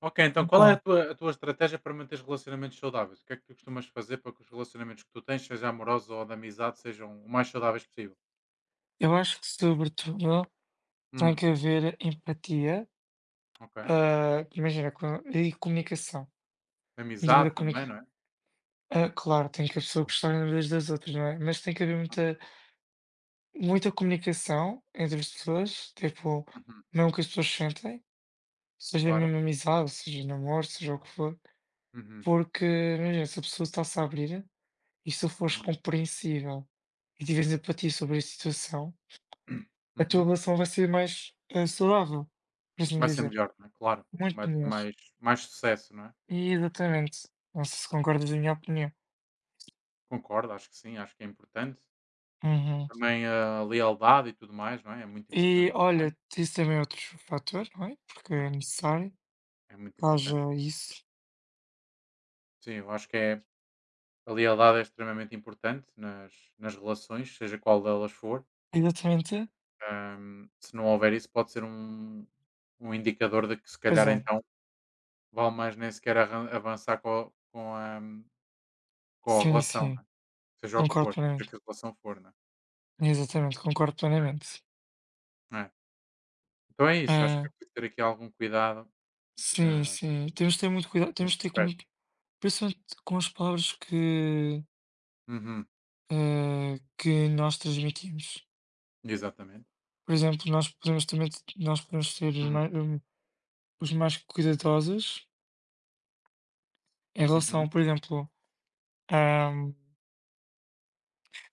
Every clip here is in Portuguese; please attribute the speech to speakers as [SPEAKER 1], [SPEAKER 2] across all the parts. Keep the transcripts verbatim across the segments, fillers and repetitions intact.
[SPEAKER 1] Ok, então qual é a
[SPEAKER 2] Então,
[SPEAKER 1] tua, a tua estratégia para manter os relacionamentos saudáveis? O que é que tu costumas fazer para que os relacionamentos que tu tens, seja amorosos ou de amizade, sejam o mais saudáveis possível?
[SPEAKER 2] eu acho que sobretudo tem
[SPEAKER 1] Hum,
[SPEAKER 2] que haver empatia,
[SPEAKER 1] ok.
[SPEAKER 2] ah, imagina, co- e comunicação. Devido à
[SPEAKER 1] Amizade também,
[SPEAKER 2] comunica
[SPEAKER 1] não é?
[SPEAKER 2] ah, Claro, tem que as pessoas gostarem umas das outras, não é? Mas tem que haver muita, muita comunicação entre as pessoas, tipo,
[SPEAKER 1] Uhum,
[SPEAKER 2] mesmo que as pessoas sentem, seja
[SPEAKER 1] claro.
[SPEAKER 2] mesmo amizade, seja namoro, seja o que for,
[SPEAKER 1] Uhum,
[SPEAKER 2] porque, imagina, se a pessoa está-se a abrir e se tu fores
[SPEAKER 1] uhum,
[SPEAKER 2] compreensível e tiveres empatia sobre a situação, a tua
[SPEAKER 1] uhum.
[SPEAKER 2] relação vai ser mais ah, saudável, por assim
[SPEAKER 1] Vai ser
[SPEAKER 2] dizer.
[SPEAKER 1] melhor, não é? Claro. Vai
[SPEAKER 2] Muito
[SPEAKER 1] ter
[SPEAKER 2] melhor.
[SPEAKER 1] mais, mais sucesso, não é?
[SPEAKER 2] Exatamente. Não sei se concordas da minha opinião.
[SPEAKER 1] Concordo, acho que sim, acho que é importante.
[SPEAKER 2] Uhum.
[SPEAKER 1] Também a lealdade e tudo mais, não é? É muito importante
[SPEAKER 2] E
[SPEAKER 1] também.
[SPEAKER 2] olha, isso também é outro fator, não é? Porque
[SPEAKER 1] É,
[SPEAKER 2] é necessário
[SPEAKER 1] é muito
[SPEAKER 2] que
[SPEAKER 1] importante.
[SPEAKER 2] haja isso.
[SPEAKER 1] Sim, eu acho que é, a lealdade é extremamente importante nas, nas relações, seja qual delas for.
[SPEAKER 2] Exatamente.
[SPEAKER 1] Ahm, se não houver isso, pode ser um, um indicador de que, se
[SPEAKER 2] Pois
[SPEAKER 1] calhar,
[SPEAKER 2] é.
[SPEAKER 1] então vale mais nem sequer arran- avançar com a, com a, com a
[SPEAKER 2] Sim,
[SPEAKER 1] relação,
[SPEAKER 2] sim.
[SPEAKER 1] não é? Seja o que
[SPEAKER 2] Concordo
[SPEAKER 1] for, seja que
[SPEAKER 2] plenamente.
[SPEAKER 1] a relação for. Né?
[SPEAKER 2] Exatamente, concordo
[SPEAKER 1] É?
[SPEAKER 2] plenamente.
[SPEAKER 1] É? Então é isso, acho que
[SPEAKER 2] Ah,
[SPEAKER 1] é preciso ter aqui algum cuidado
[SPEAKER 2] sim,
[SPEAKER 1] ah,
[SPEAKER 2] sim. Temos de ter muito cuidado, temos
[SPEAKER 1] nesse
[SPEAKER 2] de ter com
[SPEAKER 1] aspecto.
[SPEAKER 2] muito, principalmente com as palavras que,
[SPEAKER 1] Uhum,
[SPEAKER 2] ah, que nós transmitimos.
[SPEAKER 1] exatamente.
[SPEAKER 2] Por exemplo, nós podemos também, nós podemos ser os
[SPEAKER 1] Hum,
[SPEAKER 2] mais, hum, os mais cuidadosos em
[SPEAKER 1] uhum,
[SPEAKER 2] relação, por exemplo, a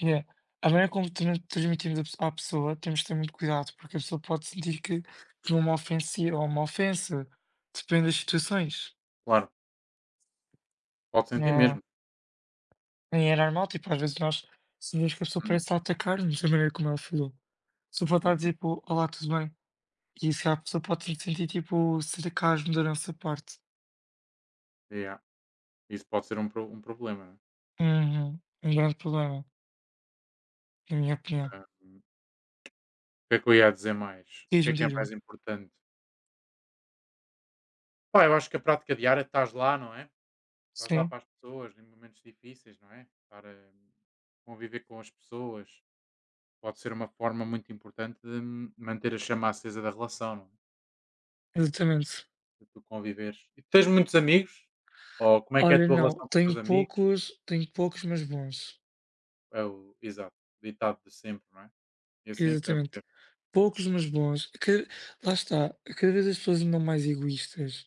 [SPEAKER 2] é a maneira como tran transmitimos a pesso à pessoa, temos que ter muito cuidado, porque a pessoa pode sentir que foi uma ofensa ou uma ofensa, depende das situações.
[SPEAKER 1] claro, pode sentir
[SPEAKER 2] Não
[SPEAKER 1] mesmo.
[SPEAKER 2] Nem é normal, tipo, às vezes nós sentimos que a pessoa
[SPEAKER 1] Hum,
[SPEAKER 2] parece estar a atacar-nos da maneira como ela falou. A pessoa pode estar a
[SPEAKER 1] uhum,
[SPEAKER 2] dizer, tipo: "Olá, tudo bem?" E se calhar a pessoa pode sentir, tipo, sarcasmo da nossa parte.
[SPEAKER 1] yeah. Isso pode ser um, pro- um problema, não é?
[SPEAKER 2] Uhum. Um grande problema, na minha opinião.
[SPEAKER 1] O que é que eu ia dizer mais? O que é
[SPEAKER 2] Diz-me,
[SPEAKER 1] que é
[SPEAKER 2] diz-me.
[SPEAKER 1] mais importante? Pá, eu acho que a prática diária estás lá, não é? Estás lá
[SPEAKER 2] Sim,
[SPEAKER 1] para as pessoas em momentos difíceis, não é? Estar a conviver com as pessoas pode ser uma forma muito importante de manter a chama acesa da relação, não é?
[SPEAKER 2] exatamente.
[SPEAKER 1] De tu conviveres. E tu tens muitos amigos? Ou como é que é a
[SPEAKER 2] Olha,
[SPEAKER 1] tua
[SPEAKER 2] não,
[SPEAKER 1] relação com os
[SPEAKER 2] tenho
[SPEAKER 1] teus amigos?
[SPEAKER 2] poucos, tenho poucos, mas bons.
[SPEAKER 1] É o exato, ditado de sempre, não é? E assim é que deve
[SPEAKER 2] Exatamente.
[SPEAKER 1] ser.
[SPEAKER 2] Poucos, mas bons. Que, lá está, cada vez as pessoas andam mais egoístas.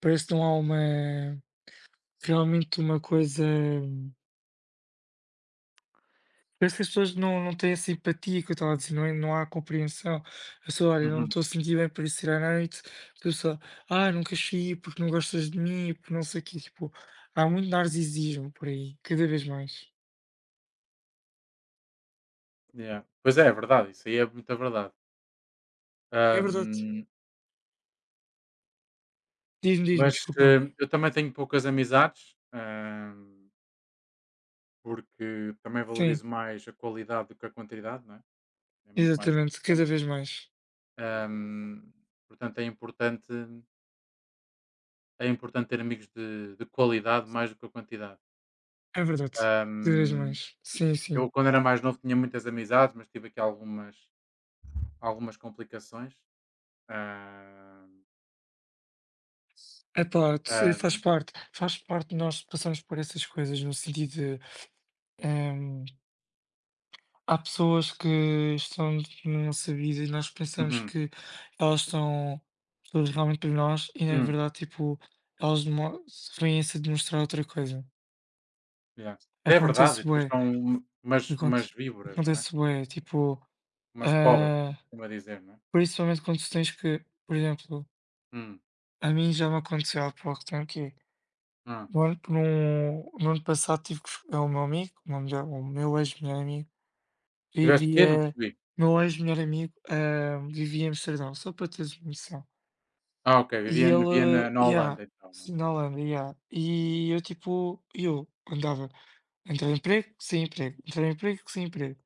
[SPEAKER 2] Parece que não há uma, realmente uma coisa. Parece que as pessoas não, não têm a simpatia que eu estava a dizer, não, é? Não há compreensão. A pessoa, olha, não
[SPEAKER 1] Uhum.
[SPEAKER 2] estou a sentir bem para ir ir à noite. A pessoa, ah, nunca saí porque não gostas de mim, porque não sei o quê. Tipo, há muito narcisismo por aí, cada vez mais.
[SPEAKER 1] Yeah. Pois é, é verdade, isso aí é muita verdade.
[SPEAKER 2] É verdade.
[SPEAKER 1] Ahm,
[SPEAKER 2] Diz-me, diz-me,
[SPEAKER 1] mas
[SPEAKER 2] desculpa.
[SPEAKER 1] eh, eu também tenho poucas amizades, ahm, porque também
[SPEAKER 2] Sim.
[SPEAKER 1] valorizo mais a qualidade do que a quantidade, não é? É muito mais.
[SPEAKER 2] Exatamente, cada vez mais.
[SPEAKER 1] Ahm, portanto, é importante, é importante ter amigos de, de qualidade mais do que a quantidade.
[SPEAKER 2] É verdade, cada vez
[SPEAKER 1] Ahm,
[SPEAKER 2] mais. Sim, sim.
[SPEAKER 1] eu, quando era mais novo, tinha muitas amizades, mas tive aqui algumas, algumas complicações. Ahm,
[SPEAKER 2] Epá, t faz
[SPEAKER 1] ahm,
[SPEAKER 2] parte faz parte de nós passarmos por essas coisas no sentido de, hum, há pessoas que estão na nossa vida e nós pensamos
[SPEAKER 1] uhum,
[SPEAKER 2] que elas estão todas realmente por nós e na
[SPEAKER 1] hum,
[SPEAKER 2] verdade, tipo, elas demo vêm-se a demonstrar outra coisa.
[SPEAKER 1] yeah. É verdade, e
[SPEAKER 2] Acontece
[SPEAKER 1] depois
[SPEAKER 2] bué,
[SPEAKER 1] são um, umas,
[SPEAKER 2] aconte
[SPEAKER 1] umas víboras, não é?
[SPEAKER 2] acontece bué, tipo,
[SPEAKER 1] Umas cobras,
[SPEAKER 2] ah,
[SPEAKER 1] como se costuma dizer, não é?
[SPEAKER 2] principalmente quando tu tens que por exemplo,
[SPEAKER 1] Hum,
[SPEAKER 2] a mim já me aconteceu há pouco tempo que é
[SPEAKER 1] hum.
[SPEAKER 2] olha, que no no ano passado tive que f é o meu amigo, ou melhor, o meu ex-melhor amigo,
[SPEAKER 1] Tiveste quê? Não
[SPEAKER 2] vivia
[SPEAKER 1] percebi.
[SPEAKER 2] meu ex-melhor amigo, hã, vivia em Amsterdão, só para teres uma noção.
[SPEAKER 1] Ah, ok,
[SPEAKER 2] E
[SPEAKER 1] vivia, vivia na,
[SPEAKER 2] ele
[SPEAKER 1] na Holanda,
[SPEAKER 2] yeah,
[SPEAKER 1] então, não é?
[SPEAKER 2] sim, na Holanda, yeah. E eu tipo eu andava entre emprego, sem emprego, entre emprego, sem emprego.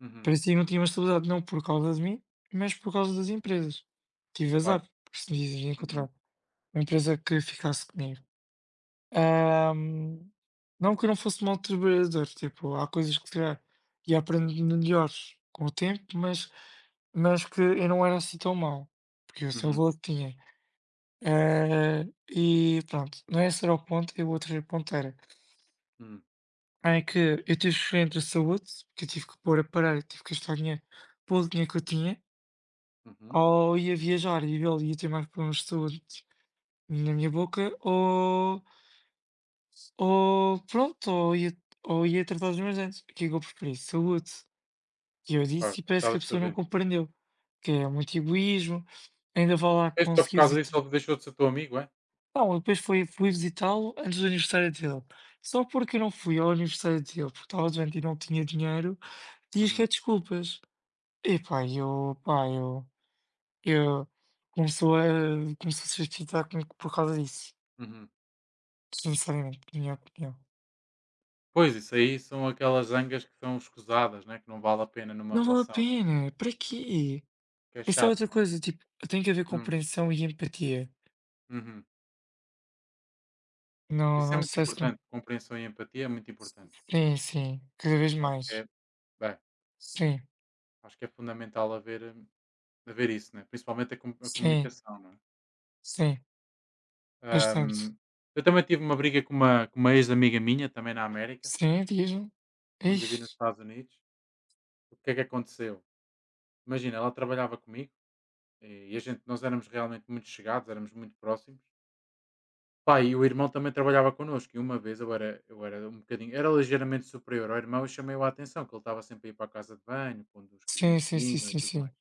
[SPEAKER 1] Uhum,
[SPEAKER 2] Parecia que não tinha uma estabilidade, não por causa de mim, mas por causa das empresas. Tive
[SPEAKER 1] claro.
[SPEAKER 2] azar, porque se me iam
[SPEAKER 1] Uhum,
[SPEAKER 2] encontrar uma empresa que ficasse comigo. Ah, não que eu não fosse mau trabalhador, tipo, há coisas que se calhar ia aprendendo melhor com o tempo, mas, mas que eu não era assim tão mau, porque eu sei o
[SPEAKER 1] uhum,
[SPEAKER 2] valor que tinha. Ah, e pronto, não é esse era o ponto, e o outro ponto era,
[SPEAKER 1] uhum,
[SPEAKER 2] ah, é que eu tive que escolher entre a saúde, porque eu tive que pôr a parar, tive que gastar dinheiro, pouco dinheiro que eu tinha,
[SPEAKER 1] uhum.
[SPEAKER 2] ou ia viajar e eu ia ter mais problemas de saúde na minha boca, ou Ou pronto, ou ia, ou ia tratar dos meus dentes. O que é que eu preferi? Saúde. E eu
[SPEAKER 1] Claro,
[SPEAKER 2] disse, e parece que
[SPEAKER 1] tratavas
[SPEAKER 2] a
[SPEAKER 1] os teus
[SPEAKER 2] pessoa não
[SPEAKER 1] dentes.
[SPEAKER 2] compreendeu. Que é muito egoísmo, ainda vai lá
[SPEAKER 1] É só por
[SPEAKER 2] conseguir
[SPEAKER 1] causa disso
[SPEAKER 2] visitar.
[SPEAKER 1] ele deixou de ser teu amigo, é?
[SPEAKER 2] Não, eu depois fui, fui visitá-lo antes do aniversário dele. Só porque eu não fui ao aniversário dele, porque estava doente e não tinha dinheiro, diz que é
[SPEAKER 1] Uhum,
[SPEAKER 2] desculpas. E pá, eu, pá, eu, eu começou a, começou a se justificar comigo por causa disso.
[SPEAKER 1] uhum.
[SPEAKER 2] Sinceramente, na minha opinião.
[SPEAKER 1] Pois, isso aí são aquelas zangas que são escusadas, né, que não vale a pena numa
[SPEAKER 2] Não vale a
[SPEAKER 1] relação, não é?
[SPEAKER 2] pena, para quê?
[SPEAKER 1] Que é
[SPEAKER 2] Isso é
[SPEAKER 1] chato,
[SPEAKER 2] outra
[SPEAKER 1] né?
[SPEAKER 2] coisa, tipo, tem que haver
[SPEAKER 1] Hum,
[SPEAKER 2] compreensão e empatia.
[SPEAKER 1] uhum.
[SPEAKER 2] Não
[SPEAKER 1] Isso é
[SPEAKER 2] não
[SPEAKER 1] muito
[SPEAKER 2] sei se con
[SPEAKER 1] importante, compreensão e empatia é muito importante.
[SPEAKER 2] sim, sim, cada vez
[SPEAKER 1] Acho que é,
[SPEAKER 2] mais.
[SPEAKER 1] bem,
[SPEAKER 2] Sim,
[SPEAKER 1] acho que é fundamental haver, hum, haver isso, né? Principalmente a, com- a
[SPEAKER 2] sim,
[SPEAKER 1] comunicação, não é?
[SPEAKER 2] sim, bastante.
[SPEAKER 1] Hum, eu também tive uma briga com uma, com uma ex-amiga minha, também na América,
[SPEAKER 2] Sim, diz-me.
[SPEAKER 1] quando vivi nos
[SPEAKER 2] Ixe.
[SPEAKER 1] Estados Unidos. O que é que aconteceu? Imagina, ela trabalhava comigo. E a gente, nós éramos realmente muito chegados, éramos muito próximos. Pá, e o irmão também trabalhava connosco. E uma vez eu era, eu era um bocadinho, era ligeiramente superior ao irmão e chamei-o a atenção, que ele estava sempre a ir para a casa de banho, quando os
[SPEAKER 2] Sim,
[SPEAKER 1] clientes
[SPEAKER 2] sim, sim,
[SPEAKER 1] vinham e
[SPEAKER 2] sim,
[SPEAKER 1] tudo
[SPEAKER 2] sim.
[SPEAKER 1] mais.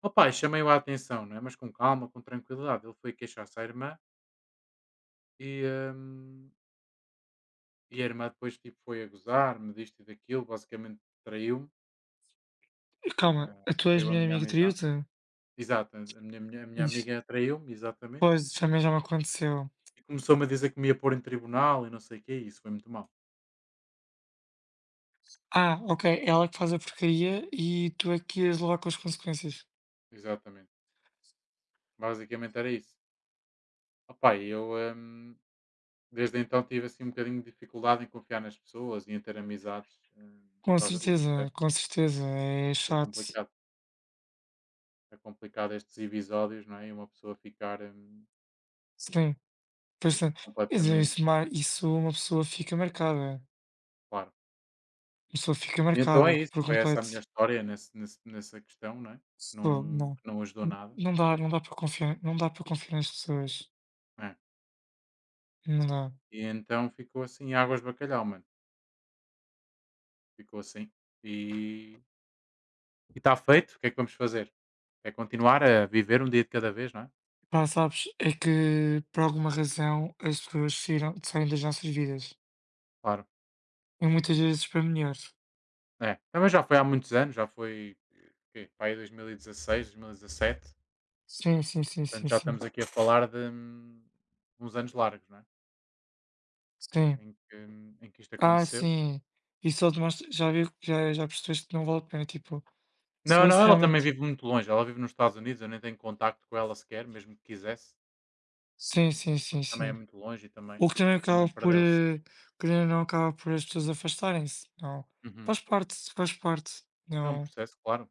[SPEAKER 1] Opa, e chamei-o a atenção, não é? Mas com calma, com tranquilidade. Ele foi queixar-se à irmã e, hum, e a irmã depois tipo, foi a gozar-me disto e daquilo, basicamente traiu-me,
[SPEAKER 2] Calma,
[SPEAKER 1] ah,
[SPEAKER 2] a tua
[SPEAKER 1] traiu a
[SPEAKER 2] ex-melhor
[SPEAKER 1] minha
[SPEAKER 2] amiga
[SPEAKER 1] amizade.
[SPEAKER 2] traiu-te?
[SPEAKER 1] Exato, a minha, minha, a minha amiga traiu-me, exatamente.
[SPEAKER 2] Pois, também já me aconteceu.
[SPEAKER 1] E começou-me a dizer que me ia pôr em tribunal e não sei o quê, e isso foi muito mal.
[SPEAKER 2] Ah, ok, ela que faz a porcaria e tu é que ias levar com as consequências.
[SPEAKER 1] Exatamente. Basicamente era isso. Opa, e eu hum, desde então tive assim um bocadinho de dificuldade em confiar nas pessoas e em ter amizades hum, por
[SPEAKER 2] Com
[SPEAKER 1] causa disso,
[SPEAKER 2] certeza,
[SPEAKER 1] percebes?
[SPEAKER 2] com certeza, é
[SPEAKER 1] Porque é
[SPEAKER 2] chato.
[SPEAKER 1] complicado. É complicado estes episódios, não é? E uma pessoa ficar hum,
[SPEAKER 2] Sim. Bastante. Quer dizer,
[SPEAKER 1] completamente
[SPEAKER 2] isso mar isso uma pessoa fica marcada, uma
[SPEAKER 1] claro.
[SPEAKER 2] pessoa fica
[SPEAKER 1] E então
[SPEAKER 2] marcada
[SPEAKER 1] é isso.
[SPEAKER 2] por
[SPEAKER 1] Foi essa a
[SPEAKER 2] completo.
[SPEAKER 1] minha história nesse, nesse- nessa questão, não é? Que
[SPEAKER 2] Pô,
[SPEAKER 1] não,
[SPEAKER 2] não,
[SPEAKER 1] que não ajudou nada.
[SPEAKER 2] não dá não dá para confiar não dá para confiar nas pessoas,
[SPEAKER 1] É?
[SPEAKER 2] não dá.
[SPEAKER 1] E então ficou assim, águas de bacalhau, mano. Ficou assim. e E está feito, o que é que vamos fazer? É continuar a viver um dia de cada vez, não é?
[SPEAKER 2] Pá, sabes, é que por alguma razão as pessoas saíram saem das nossas vidas,
[SPEAKER 1] Claro.
[SPEAKER 2] e muitas vezes para melhor.
[SPEAKER 1] É, também já foi há muitos anos, já foi, quê? Pá, aí dois mil e dezasseis, dois mil e dezassete.
[SPEAKER 2] Sim, sim, sim,
[SPEAKER 1] Portanto,
[SPEAKER 2] sim,
[SPEAKER 1] já
[SPEAKER 2] sim.
[SPEAKER 1] estamos aqui a falar de hum, uns anos largos, não é?
[SPEAKER 2] Sim.
[SPEAKER 1] Em que, hum, em que isto
[SPEAKER 2] Ah,
[SPEAKER 1] aconteceu.
[SPEAKER 2] sim. E só demonstra já viu já já percebeste que não vale a pena, tipo, se
[SPEAKER 1] Não, não,
[SPEAKER 2] fosse
[SPEAKER 1] ela também
[SPEAKER 2] realmente
[SPEAKER 1] vive muito longe. Ela vive nos Estados Unidos, eu nem tenho contacto com ela sequer, mesmo que quisesse,
[SPEAKER 2] sim, sim, sim,
[SPEAKER 1] porque também é
[SPEAKER 2] sim.
[SPEAKER 1] muito longe e também,
[SPEAKER 2] O que também acaba
[SPEAKER 1] também
[SPEAKER 2] por,
[SPEAKER 1] perdeu-se.
[SPEAKER 2] eh, querendo ou não, acaba por as pessoas afastarem-se, não.
[SPEAKER 1] Uhum.
[SPEAKER 2] Faz parte, faz parte.
[SPEAKER 1] É um
[SPEAKER 2] Não,
[SPEAKER 1] processo, claro.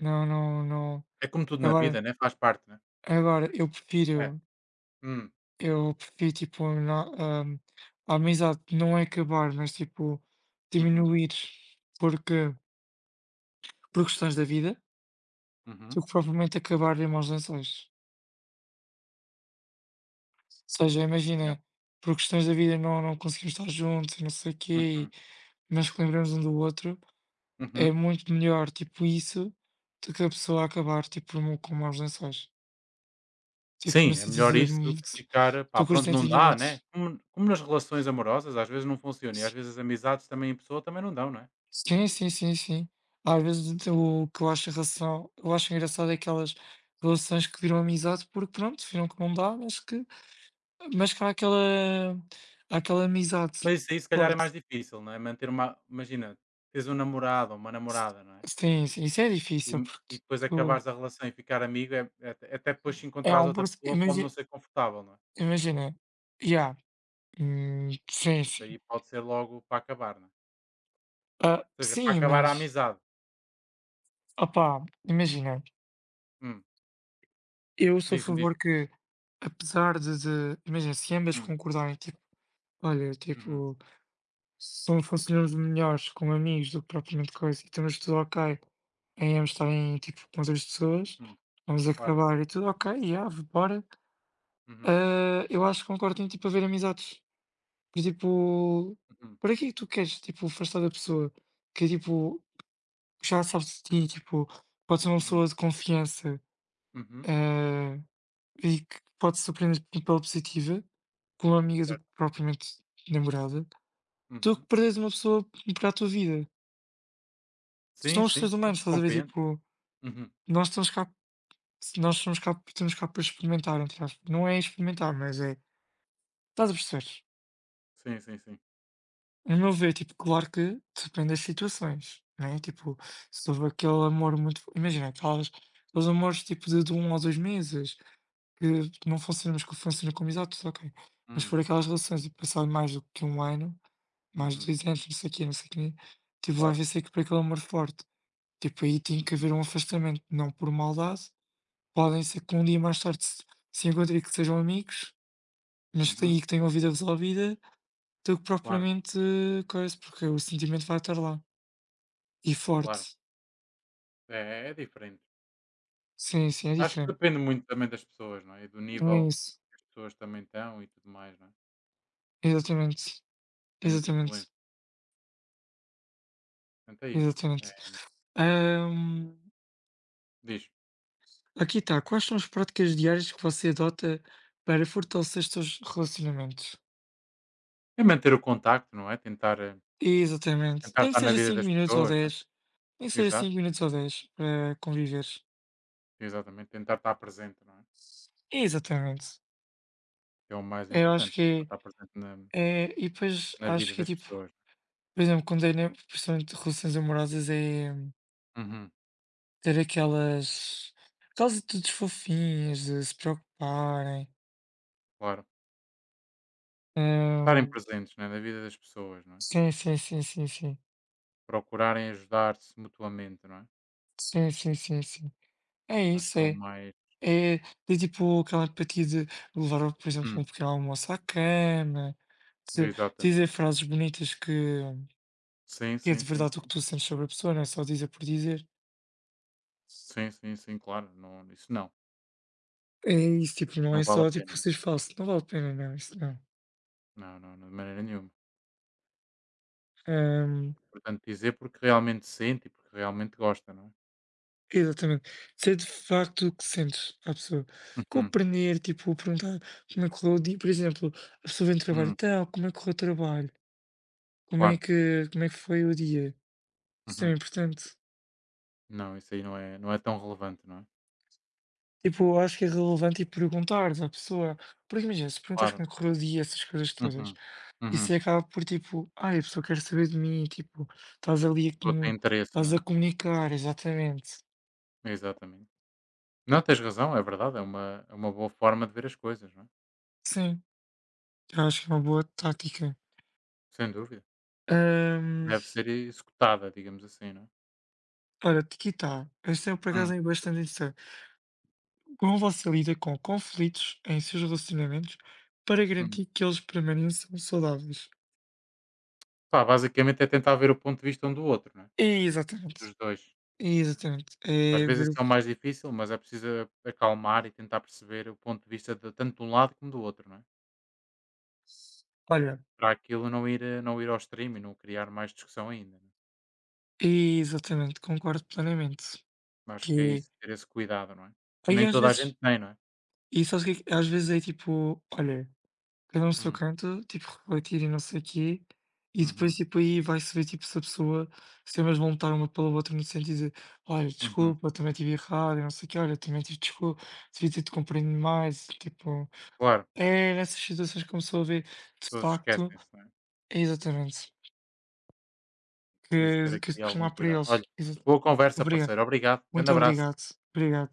[SPEAKER 2] não, não, não.
[SPEAKER 1] É como tudo na vida,
[SPEAKER 2] Agora,
[SPEAKER 1] né? Faz parte, né?
[SPEAKER 2] agora eu
[SPEAKER 1] É.
[SPEAKER 2] prefiro,
[SPEAKER 1] Hum,
[SPEAKER 2] eu prefiro tipo, na, ahm, a amizade não é acabar, mas tipo,
[SPEAKER 1] uhum.
[SPEAKER 2] diminuir porque, por questões da vida,
[SPEAKER 1] Uhum.
[SPEAKER 2] do que propriamente acabar em maus lençóis. Ou seja,
[SPEAKER 1] Yeah.
[SPEAKER 2] imagina, por questões da vida não, não conseguimos estar juntos e não sei o quê, e-
[SPEAKER 1] Uhum.
[SPEAKER 2] mas que lembramos um do outro. É
[SPEAKER 1] Uhum.
[SPEAKER 2] muito melhor, tipo, isso do que a pessoa acabar, tipo, mo com maus lençóis. Tipo, no
[SPEAKER 1] Sim, é melhor
[SPEAKER 2] sentido de
[SPEAKER 1] isso do que
[SPEAKER 2] de-
[SPEAKER 1] ficar, pá,
[SPEAKER 2] do que os
[SPEAKER 1] pronto, não dá, né?
[SPEAKER 2] entendimentos.
[SPEAKER 1] Como, como nas relações amorosas, às vezes não funciona e às
[SPEAKER 2] Si
[SPEAKER 1] vezes as amizades também em pessoa também não dão, não é?
[SPEAKER 2] Sim, sim, sim, sim. Às vezes então o que eu acho em relação eu acho engraçado é aquelas relações que viram amizade porque, pronto, viram que não dá, mas que mas que há aquela há aquela amizade
[SPEAKER 1] Mas isso aí se calhar é
[SPEAKER 2] forte.
[SPEAKER 1] mais difícil, não é? Manter uma, imagina, tens um namorado ou uma
[SPEAKER 2] S
[SPEAKER 1] namorada, não é?
[SPEAKER 2] Sim, sim, isso é
[SPEAKER 1] E,
[SPEAKER 2] difícil porque
[SPEAKER 1] e depois
[SPEAKER 2] tu
[SPEAKER 1] acabares a relação e ficar amigo, é, é- até depois se
[SPEAKER 2] é há
[SPEAKER 1] encontrares
[SPEAKER 2] um
[SPEAKER 1] outra
[SPEAKER 2] processo
[SPEAKER 1] pessoa pode não
[SPEAKER 2] imagi
[SPEAKER 1] ser confortável, não é?
[SPEAKER 2] imagina, yeah, hum, sim,
[SPEAKER 1] Isso
[SPEAKER 2] sim.
[SPEAKER 1] aí pode ser logo para acabar, não é?
[SPEAKER 2] Ah,
[SPEAKER 1] Ou seja, para
[SPEAKER 2] sim,
[SPEAKER 1] acabar a
[SPEAKER 2] mas,
[SPEAKER 1] amizade.
[SPEAKER 2] opá, imagina,
[SPEAKER 1] Hum,
[SPEAKER 2] eu sou a
[SPEAKER 1] diz-me, diz-me.
[SPEAKER 2] favor que apesar de de imagina, se ambas
[SPEAKER 1] Hum,
[SPEAKER 2] concordarem, tipo: "Olha,
[SPEAKER 1] uhum,
[SPEAKER 2] tipo, são funcionamos melhores como amigos do que propriamente coisa e estamos tudo ok em ambos estarem, tipo, com outras pessoas,
[SPEAKER 1] uhum,
[SPEAKER 2] vamos
[SPEAKER 1] claro.
[SPEAKER 2] acabar e tudo ok, yeah, v bora".
[SPEAKER 1] Uhum,
[SPEAKER 2] Ah, eu acho que concordo em, tipo, haver amizades, do tipo,
[SPEAKER 1] uhum,
[SPEAKER 2] para quê que tu queres, tipo, afastar da pessoa que, tipo, já sabes de ti, tipo, pode ser uma
[SPEAKER 1] uhum,
[SPEAKER 2] pessoa de confiança,
[SPEAKER 1] uhum,
[SPEAKER 2] ah e que pode surpreender tanto pela positiva, com uma amiga do que
[SPEAKER 1] certo.
[SPEAKER 2] propriamente namorada, do que
[SPEAKER 1] Uhum.
[SPEAKER 2] perderes uma pessoa para a tua vida.
[SPEAKER 1] Sim,
[SPEAKER 2] São os
[SPEAKER 1] sim,
[SPEAKER 2] seres
[SPEAKER 1] sim,
[SPEAKER 2] humanos, estás a ver?
[SPEAKER 1] compreendo.
[SPEAKER 2] Tipo,
[SPEAKER 1] Uhum.
[SPEAKER 2] nós estamos cá, nós somos cá, estamos cá para experimentar, entre aspas. Não é experimentar, mas é. Estás a perceber?
[SPEAKER 1] Sim, sim, sim.
[SPEAKER 2] No meu ver, tipo, claro que depende das situações, né? Tipo, se houve aquele amor muito. Imagina, aquelas, aqueles amores tipo de, de um ou dois meses, que não funcionam, mas que funcionam como exatos, ok. Mas se
[SPEAKER 1] Hum,
[SPEAKER 2] for aquelas relações de passado mais do que um ano, mais de
[SPEAKER 1] uhum.
[SPEAKER 2] dois anos, não sei o quê, não sei o quê, tipo, vai
[SPEAKER 1] Claro.
[SPEAKER 2] haver sempre por aquele amor forte. Tipo, aí tem que
[SPEAKER 1] Uhum,
[SPEAKER 2] haver um afastamento, não por maldade, podem ser que um dia mais tarde se, se encontrem e que sejam amigos, mas que
[SPEAKER 1] uhum.
[SPEAKER 2] tenham, que tenham a vida resolvida, do que
[SPEAKER 1] Claro,
[SPEAKER 2] propriamente eh, coisa, porque o sentimento vai estar lá. E forte.
[SPEAKER 1] claro. É é diferente.
[SPEAKER 2] Sim, sim, é
[SPEAKER 1] Acho que
[SPEAKER 2] diferente.
[SPEAKER 1] depende muito também das pessoas, não é? E do
[SPEAKER 2] É
[SPEAKER 1] nível
[SPEAKER 2] isso.
[SPEAKER 1] que as pessoas também estão e tudo mais, não é?
[SPEAKER 2] Exatamente.
[SPEAKER 1] Tem muita
[SPEAKER 2] Exatamente.
[SPEAKER 1] influência. Portanto, é isso.
[SPEAKER 2] Exatamente.
[SPEAKER 1] É,
[SPEAKER 2] Ahm,
[SPEAKER 1] diz.
[SPEAKER 2] aqui está. Quais são as práticas diárias que você adota para fortalecer os seus relacionamentos?
[SPEAKER 1] É manter o contacto, não é? Tentar, eh,
[SPEAKER 2] Exatamente.
[SPEAKER 1] tentar
[SPEAKER 2] Nem que
[SPEAKER 1] estar na
[SPEAKER 2] seja
[SPEAKER 1] vida
[SPEAKER 2] cinco
[SPEAKER 1] das
[SPEAKER 2] minutos ou
[SPEAKER 1] pessoas, não é?
[SPEAKER 2] dez nem que seja
[SPEAKER 1] Exato,
[SPEAKER 2] cinco minutos ou dez para conviveres.
[SPEAKER 1] exatamente. Tentar estar presente, não é?
[SPEAKER 2] Exatamente.
[SPEAKER 1] Que é o mais
[SPEAKER 2] Eu acho
[SPEAKER 1] importante. Tentar
[SPEAKER 2] que
[SPEAKER 1] estar presente na,
[SPEAKER 2] é, é e depois
[SPEAKER 1] na
[SPEAKER 2] acho
[SPEAKER 1] vida
[SPEAKER 2] que é
[SPEAKER 1] das
[SPEAKER 2] tipo,
[SPEAKER 1] pessoas.
[SPEAKER 2] por exemplo, quando é, né, principalmente relações amorosas, é
[SPEAKER 1] Uhum,
[SPEAKER 2] ter aquelas, aquelas atitudes fofinhas de se preocuparem.
[SPEAKER 1] claro. Estarem
[SPEAKER 2] Hum,
[SPEAKER 1] presentes, não é? Na vida das pessoas, não é?
[SPEAKER 2] sim, sim, sim, sim, sim.
[SPEAKER 1] Procurarem ajudar-se mutuamente, não é?
[SPEAKER 2] Sim, sim, sim, sim. É
[SPEAKER 1] Acho
[SPEAKER 2] isso,
[SPEAKER 1] que é o
[SPEAKER 2] é.
[SPEAKER 1] mais.
[SPEAKER 2] É, ter tipo aquela empatia de levar, por exemplo,
[SPEAKER 1] Hum,
[SPEAKER 2] um pequeno almoço à cama, Dizer dizer
[SPEAKER 1] exatamente.
[SPEAKER 2] frases bonitas que
[SPEAKER 1] Sim,
[SPEAKER 2] que é
[SPEAKER 1] sim,
[SPEAKER 2] de
[SPEAKER 1] sim,
[SPEAKER 2] verdade o que
[SPEAKER 1] sim.
[SPEAKER 2] tu sentes sobre a pessoa, não é só dizer por dizer.
[SPEAKER 1] Sim, sim, sim, claro. Não, isso não.
[SPEAKER 2] É isso, tipo, não
[SPEAKER 1] Não
[SPEAKER 2] é
[SPEAKER 1] vale a
[SPEAKER 2] só,
[SPEAKER 1] pena.
[SPEAKER 2] tipo, seres falso, não vale a pena, não, isso não.
[SPEAKER 1] Não, é? Não, não, de maneira nenhuma.
[SPEAKER 2] Hum,
[SPEAKER 1] Portanto, dizer porque realmente sente e porque realmente gosta, não é?
[SPEAKER 2] exatamente. Ser de facto o que sentes à pessoa.
[SPEAKER 1] Uhum,
[SPEAKER 2] Compreender, tipo, perguntar como é que correu o dia, por exemplo, a pessoa vem do trabalho,
[SPEAKER 1] uhum,
[SPEAKER 2] então, como é que correu o trabalho? Como é
[SPEAKER 1] claro.
[SPEAKER 2] que, como é que foi o dia? Isso é
[SPEAKER 1] Uhum.
[SPEAKER 2] importante.
[SPEAKER 1] Não, isso aí não é, não é tão relevante, não é?
[SPEAKER 2] Tipo, eu acho que é relevante e perguntares à pessoa, porque imagina, se perguntares
[SPEAKER 1] Claro.
[SPEAKER 2] como é que correu o dia, essas coisas todas.
[SPEAKER 1] Uhum, uhum.
[SPEAKER 2] Isso
[SPEAKER 1] A
[SPEAKER 2] aí acaba por tipo, ai, a pessoa quer saber de mim, tipo, estás ali a
[SPEAKER 1] pessoa tem
[SPEAKER 2] comu
[SPEAKER 1] interesse, não
[SPEAKER 2] estás a
[SPEAKER 1] é?
[SPEAKER 2] comunicar, exatamente.
[SPEAKER 1] Exatamente. Não, tens razão, é verdade. É uma, é uma boa forma de ver as coisas, não é?
[SPEAKER 2] Sim, eu acho que é uma boa tática.
[SPEAKER 1] Sem dúvida.
[SPEAKER 2] Hum,
[SPEAKER 1] Deve ser executada, digamos assim, não é?
[SPEAKER 2] olha, aqui está, este é por
[SPEAKER 1] Hum,
[SPEAKER 2] acaso é bastante interessante. Como você lida com conflitos em seus relacionamentos para
[SPEAKER 1] hum.
[SPEAKER 2] garantir que eles permaneçam saudáveis?
[SPEAKER 1] Pá, basicamente é tentar ver o ponto de vista um do outro, né?
[SPEAKER 2] Exatamente,
[SPEAKER 1] Dos dois.
[SPEAKER 2] exatamente.
[SPEAKER 1] Às
[SPEAKER 2] É
[SPEAKER 1] vezes
[SPEAKER 2] ver o
[SPEAKER 1] isso é o
[SPEAKER 2] que.
[SPEAKER 1] mais difícil, mas é preciso acalmar e tentar perceber o ponto de vista de tanto de um lado como do outro, não é?
[SPEAKER 2] Olha,
[SPEAKER 1] Para aquilo não ir, eh, não ir ao extremo e não criar mais discussão ainda, né?
[SPEAKER 2] exatamente, concordo plenamente.
[SPEAKER 1] Acho que é
[SPEAKER 2] Que
[SPEAKER 1] isso, ter esse cuidado, não é? Que
[SPEAKER 2] aí
[SPEAKER 1] nem
[SPEAKER 2] às
[SPEAKER 1] toda a gente
[SPEAKER 2] vezes,
[SPEAKER 1] tem, não é?
[SPEAKER 2] e sabes o que é que- às vezes é tipo, olha. Cada um no seu
[SPEAKER 1] Hum,
[SPEAKER 2] canto, tipo, refletir e não sei o quê, e depois,
[SPEAKER 1] uhum,
[SPEAKER 2] tipo, aí vai-se ver, tipo, se a pessoa, se ambas vão estar uma pela outra no sentido de, olha,
[SPEAKER 1] uhum.
[SPEAKER 2] desculpa, também estive errado, e não sei o quê, olha, também tive desculpa, devia ter-te compreendido mais, tipo,
[SPEAKER 1] Claro,
[SPEAKER 2] é nessas situações que começou a ver, de
[SPEAKER 1] todos
[SPEAKER 2] facto,
[SPEAKER 1] esquecem-se, não é?
[SPEAKER 2] é exatamente,
[SPEAKER 1] Preciso ter
[SPEAKER 2] que, que
[SPEAKER 1] aqui
[SPEAKER 2] se
[SPEAKER 1] algum
[SPEAKER 2] costuma para
[SPEAKER 1] cuidado.
[SPEAKER 2] eles.
[SPEAKER 1] Olha,
[SPEAKER 2] Exa-
[SPEAKER 1] boa conversa,
[SPEAKER 2] Obrigado,
[SPEAKER 1] parceiro. Obrigado. Grande
[SPEAKER 2] muito
[SPEAKER 1] abraço.
[SPEAKER 2] obrigado, obrigado.